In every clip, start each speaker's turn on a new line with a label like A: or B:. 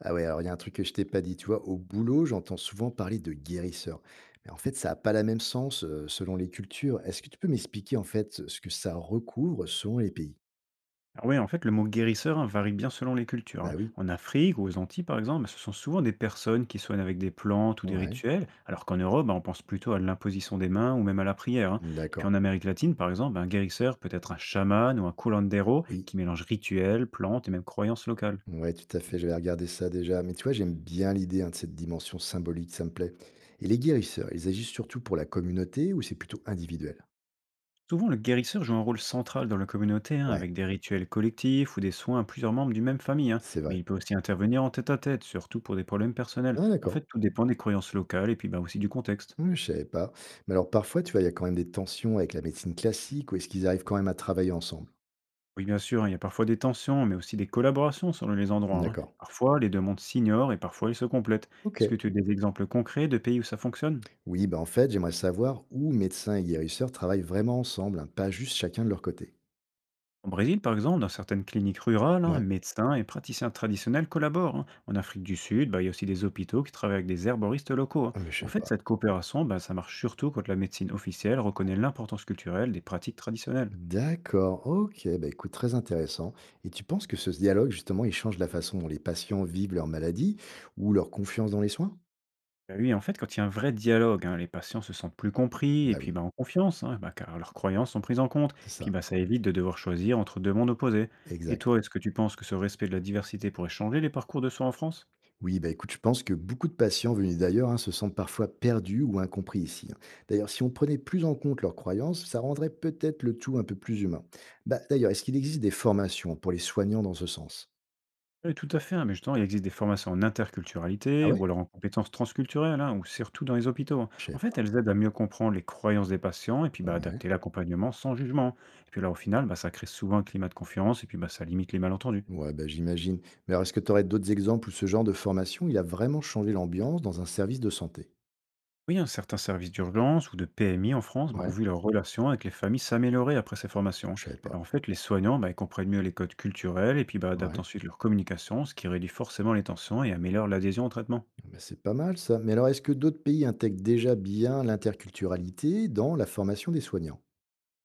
A: Ah ouais, alors il y a un truc que je t'ai pas dit, tu vois, au boulot, j'entends souvent parler de guérisseur. Mais en fait, ça n'a pas la même sens selon les cultures. Est-ce que tu peux m'expliquer en fait ce que ça recouvre selon les pays?
B: Alors oui, en fait, le mot guérisseur, hein, varie bien selon les cultures,
A: Bah
B: hein.
A: oui,
B: En Afrique ou aux Antilles, par exemple, ce sont souvent des personnes qui soignent avec des plantes ou des
A: ouais,
B: rituels, alors qu'en Europe, bah, on pense plutôt à l'imposition des mains ou même à la prière, hein. Et puis
A: d'accord,
B: en Amérique latine, par exemple, un guérisseur peut être un chaman ou un curandero
A: oui,
B: qui mélange rituels, plantes et même croyances locales.
A: ouais, tout à fait, j'avais regardé ça déjà. Mais tu vois, j'aime bien l'idée hein, de cette dimension symbolique, ça me plaît. Et les guérisseurs, ils agissent surtout pour la communauté ou c'est plutôt individuel?
B: Souvent, le guérisseur joue un rôle central dans la communauté, hein,
A: Ouais,
B: avec des rituels collectifs ou des soins à plusieurs membres d'une même famille, hein.
A: c'est
B: Mais
A: vrai.
B: il peut aussi intervenir en tête-à-tête, surtout pour des problèmes personnels.
A: Ah,
B: En fait,
A: d'accord.
B: tout dépend des croyances locales et puis bah, aussi du contexte.
A: Ouais, je savais pas. Mais alors parfois, tu vois, il y a quand même des tensions avec la médecine classique ou est-ce qu'ils arrivent quand même à travailler ensemble?
B: Oui, bien sûr, il y a parfois des tensions, mais aussi des collaborations selon les endroits, hein.
A: D'accord.
B: Parfois, les deux mondes s'ignorent et parfois ils se complètent. Est-ce que
A: OK.
B: tu as des exemples concrets de pays où ça fonctionne?
A: Oui, bah, en fait, j'aimerais savoir où médecins et guérisseurs travaillent vraiment ensemble, hein, pas juste chacun de leur côté.
B: Au Brésil, par exemple, dans certaines cliniques rurales, hein,
A: Ouais.
B: médecins et praticiens traditionnels collaborent, hein. En Afrique du Sud, bah, il y a aussi des hôpitaux qui travaillent avec des herboristes locaux, hein.
A: Ah, mais je
B: En
A: savais
B: fait,
A: pas.
B: cette coopération, bah, ça marche surtout quand la médecine officielle reconnaît l'importance culturelle des pratiques traditionnelles.
A: D'accord. OK. Bah, écoute, très intéressant. Et tu penses que ce dialogue, justement, il change la façon dont les patients vivent leur maladie ou leur confiance dans les soins?
B: Bah, oui, en fait, quand il y a un vrai dialogue, hein, les patients se sentent plus compris
A: Bah
B: et
A: oui,
B: puis bah, en confiance, hein, bah, car leurs croyances sont prises en compte.
A: c'est
B: Puis
A: ça.
B: bah, ça évite de devoir choisir entre deux mondes opposés. Et
A: Exact.
B: toi, est-ce que tu penses que ce respect de la diversité pourrait changer les parcours de soins en France?
A: Oui, bah écoute, je pense que beaucoup de patients venus d'ailleurs hein, se sentent parfois perdus ou incompris ici, hein. D'ailleurs, si on prenait plus en compte leurs croyances, ça rendrait peut-être le tout un peu plus humain. Bah, d'ailleurs, est-ce qu'il existe des formations pour les soignants dans ce sens?
B: Oui, tout à fait, hein, mais justement, il existe des formations en
A: Ah
B: interculturalité ou
A: ouais.
B: alors en compétences transculturelles, hein, ou surtout dans les hôpitaux, hein.
A: Je sais
B: En fait,
A: pas.
B: elles aident à mieux comprendre les croyances des patients et puis bah,
A: Ouais,
B: adapter l'accompagnement sans jugement. Et puis là, au final, bah, ça crée souvent un climat de confiance et puis bah, ça limite les malentendus.
A: ouais bah, j'imagine. Mais alors, est-ce que tu aurais d'autres exemples où ce genre de formation, il a vraiment changé l'ambiance dans un service de santé?
B: Oui, hein, certains services d'urgence ou de PMI en France ben, ont
A: Ouais,
B: vu leur relation avec les familles s'améliorer après ces formations, hein.
A: je savais
B: Puis
A: pas.
B: là, en fait, les soignants ben, ils comprennent mieux les codes culturels et puis ben, adaptent
A: Ouais.
B: ensuite leur communication, ce qui réduit forcément les tensions et améliore l'adhésion au traitement.
A: Bah, c'est pas mal ça. Mais alors, est-ce que d'autres pays intègrent déjà bien l'interculturalité dans la formation des soignants?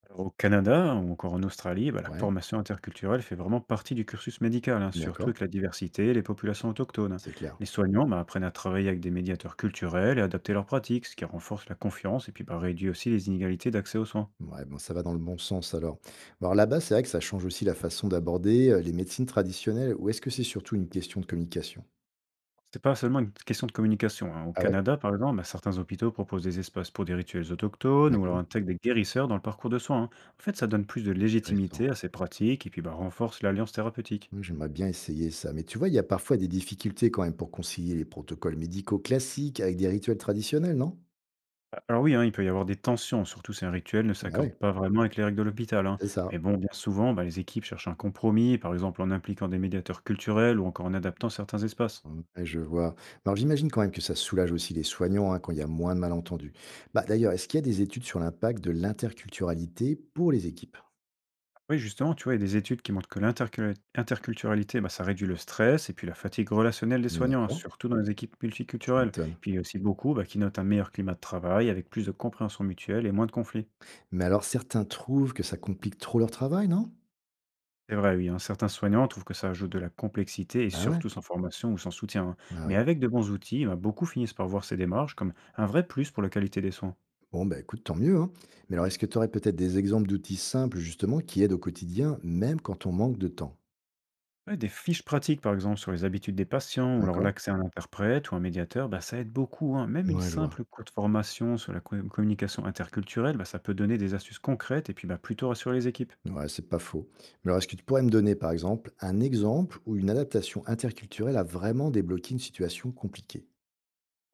B: Alors, au Canada ou encore en Australie, ben, la
A: Ouais,
B: formation interculturelle fait vraiment partie du cursus médical, hein, surtout
A: d'accord,
B: avec la diversité et les populations autochtones, hein.
A: c'est clair.
B: Les soignants ben, apprennent à travailler avec des médiateurs culturels et adapter leurs pratiques, ce qui renforce la confiance et puis ben, réduit aussi les inégalités d'accès aux soins.
A: Ouais, bon, ça va dans le bon sens alors. Alors là-bas, c'est vrai que ça change aussi la façon d'aborder les médecines traditionnelles, ou est-ce que c'est surtout une question de communication?
B: C'est pas seulement une question de communication, hein. Au
A: Ah ouais?
B: Canada, par exemple, bah, certains hôpitaux proposent des espaces pour des rituels autochtones ou alors
A: D'accord,
B: intègrent des guérisseurs dans le parcours de soins, hein. En fait, ça donne plus de
A: intéressant.
B: légitimité à ces pratiques et puis bah, renforce l'alliance thérapeutique.
A: Ouais, j'aimerais bien essayer ça. Mais tu vois, il y a parfois des difficultés quand même pour concilier les protocoles médicaux classiques avec des rituels traditionnels, non?
B: Ah, alors oui, hein, il peut y avoir des tensions, surtout si un rituel ne
A: Bah
B: s'accorde
A: ouais,
B: pas vraiment avec les règles de l'hôpital, hein.
A: c'est ça.
B: Mais bon, bien souvent, bah, les équipes cherchent un compromis, par exemple en impliquant des médiateurs culturels ou encore en adaptant certains espaces.
A: Ouais, je vois. Alors j'imagine quand même que ça soulage aussi les soignants hein, quand il y a moins de malentendus. Bah d'ailleurs, est-ce qu'il y a des études sur l'impact de l'interculturalité pour les équipes?
B: Oui, justement, tu vois, il y a des études qui montrent que l'interculturalité, bah, ça réduit le stress et puis la fatigue relationnelle des soignants, hein,
A: D'accord,
B: surtout dans les équipes
A: tu
B: multiculturelles.
A: m'étonnes.
B: Puis il y a aussi beaucoup bah, qui notent un meilleur climat de travail avec plus de compréhension mutuelle et moins de conflits.
A: Mais alors certains trouvent que ça complique trop leur travail, non?
B: C'est vrai, oui, hein, certains soignants trouvent que ça ajoute de la complexité et
A: Bah ouais,
B: surtout sans formation ou sans soutien, hein.
A: bah
B: Mais
A: oui.
B: avec de bons outils, bah, beaucoup finissent par voir ces démarches comme un vrai plus pour la qualité des soins.
A: Bon, bah écoute, tant mieux, hein. Mais alors est-ce que tu aurais peut-être des exemples d'outils simples justement qui aident au quotidien, même quand on manque de temps?
B: Ouais, des fiches pratiques, par exemple, sur les habitudes des patients, ou alors
A: D'accord?
B: l'accès à un interprète ou un médiateur, bah, ça aide beaucoup, hein. Même une
A: Ouais, je vois.
B: simple courte formation sur la communication interculturelle, bah, ça peut donner des astuces concrètes et puis bah, plutôt rassurer les équipes.
A: Ouais, c'est pas faux. Mais alors est-ce que tu pourrais me donner par exemple un exemple où une adaptation interculturelle a vraiment débloqué une situation compliquée?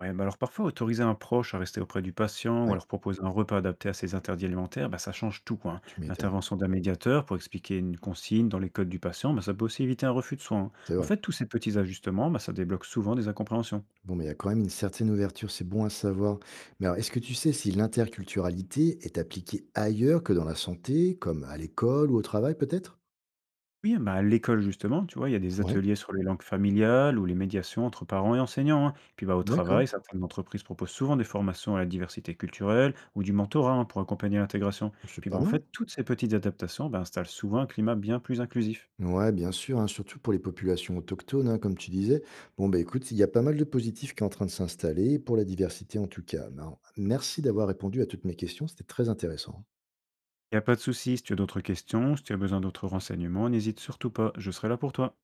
B: Ouais, bah, alors parfois, autoriser un proche à rester auprès du patient ou
A: Ouais,
B: alors proposer un repas adapté à ses interdits alimentaires, bah, ça change tout, quoi, hein.
A: tu m'étonnes.
B: L'intervention d'un médiateur pour expliquer une consigne dans les codes du patient, bah, ça peut aussi éviter un refus de soins, hein.
A: C'est
B: En
A: vrai.
B: fait, tous ces petits ajustements, bah, ça débloque souvent des incompréhensions.
A: Bon, mais il y a quand même une certaine ouverture, c'est bon à savoir. Mais alors, est-ce que tu sais si l'interculturalité est appliquée ailleurs que dans la santé, comme à l'école ou au travail peut-être?
B: Oui, bah, à l'école justement, tu vois, il y a des
A: Ouais,
B: ateliers sur les langues familiales ou les médiations entre parents et enseignants, hein. Puis bah, au
A: d'accord,
B: travail, certaines entreprises proposent souvent des formations à la diversité culturelle ou du mentorat, hein, pour accompagner l'intégration.
A: c'est
B: Puis bah,
A: pas
B: en
A: mal.
B: fait, toutes ces petites adaptations bah, installent souvent un climat bien plus inclusif.
A: Ouais, bien sûr, hein, surtout pour les populations autochtones, hein, comme tu disais. Bon, bah écoute, il y a pas mal de positifs qui est en train de s'installer, pour la diversité en tout cas. Ben, merci d'avoir répondu à toutes mes questions, c'était très intéressant.
B: Il n'y a pas de souci, si tu as d'autres questions, si tu as besoin d'autres renseignements, n'hésite surtout pas, je serai là pour toi.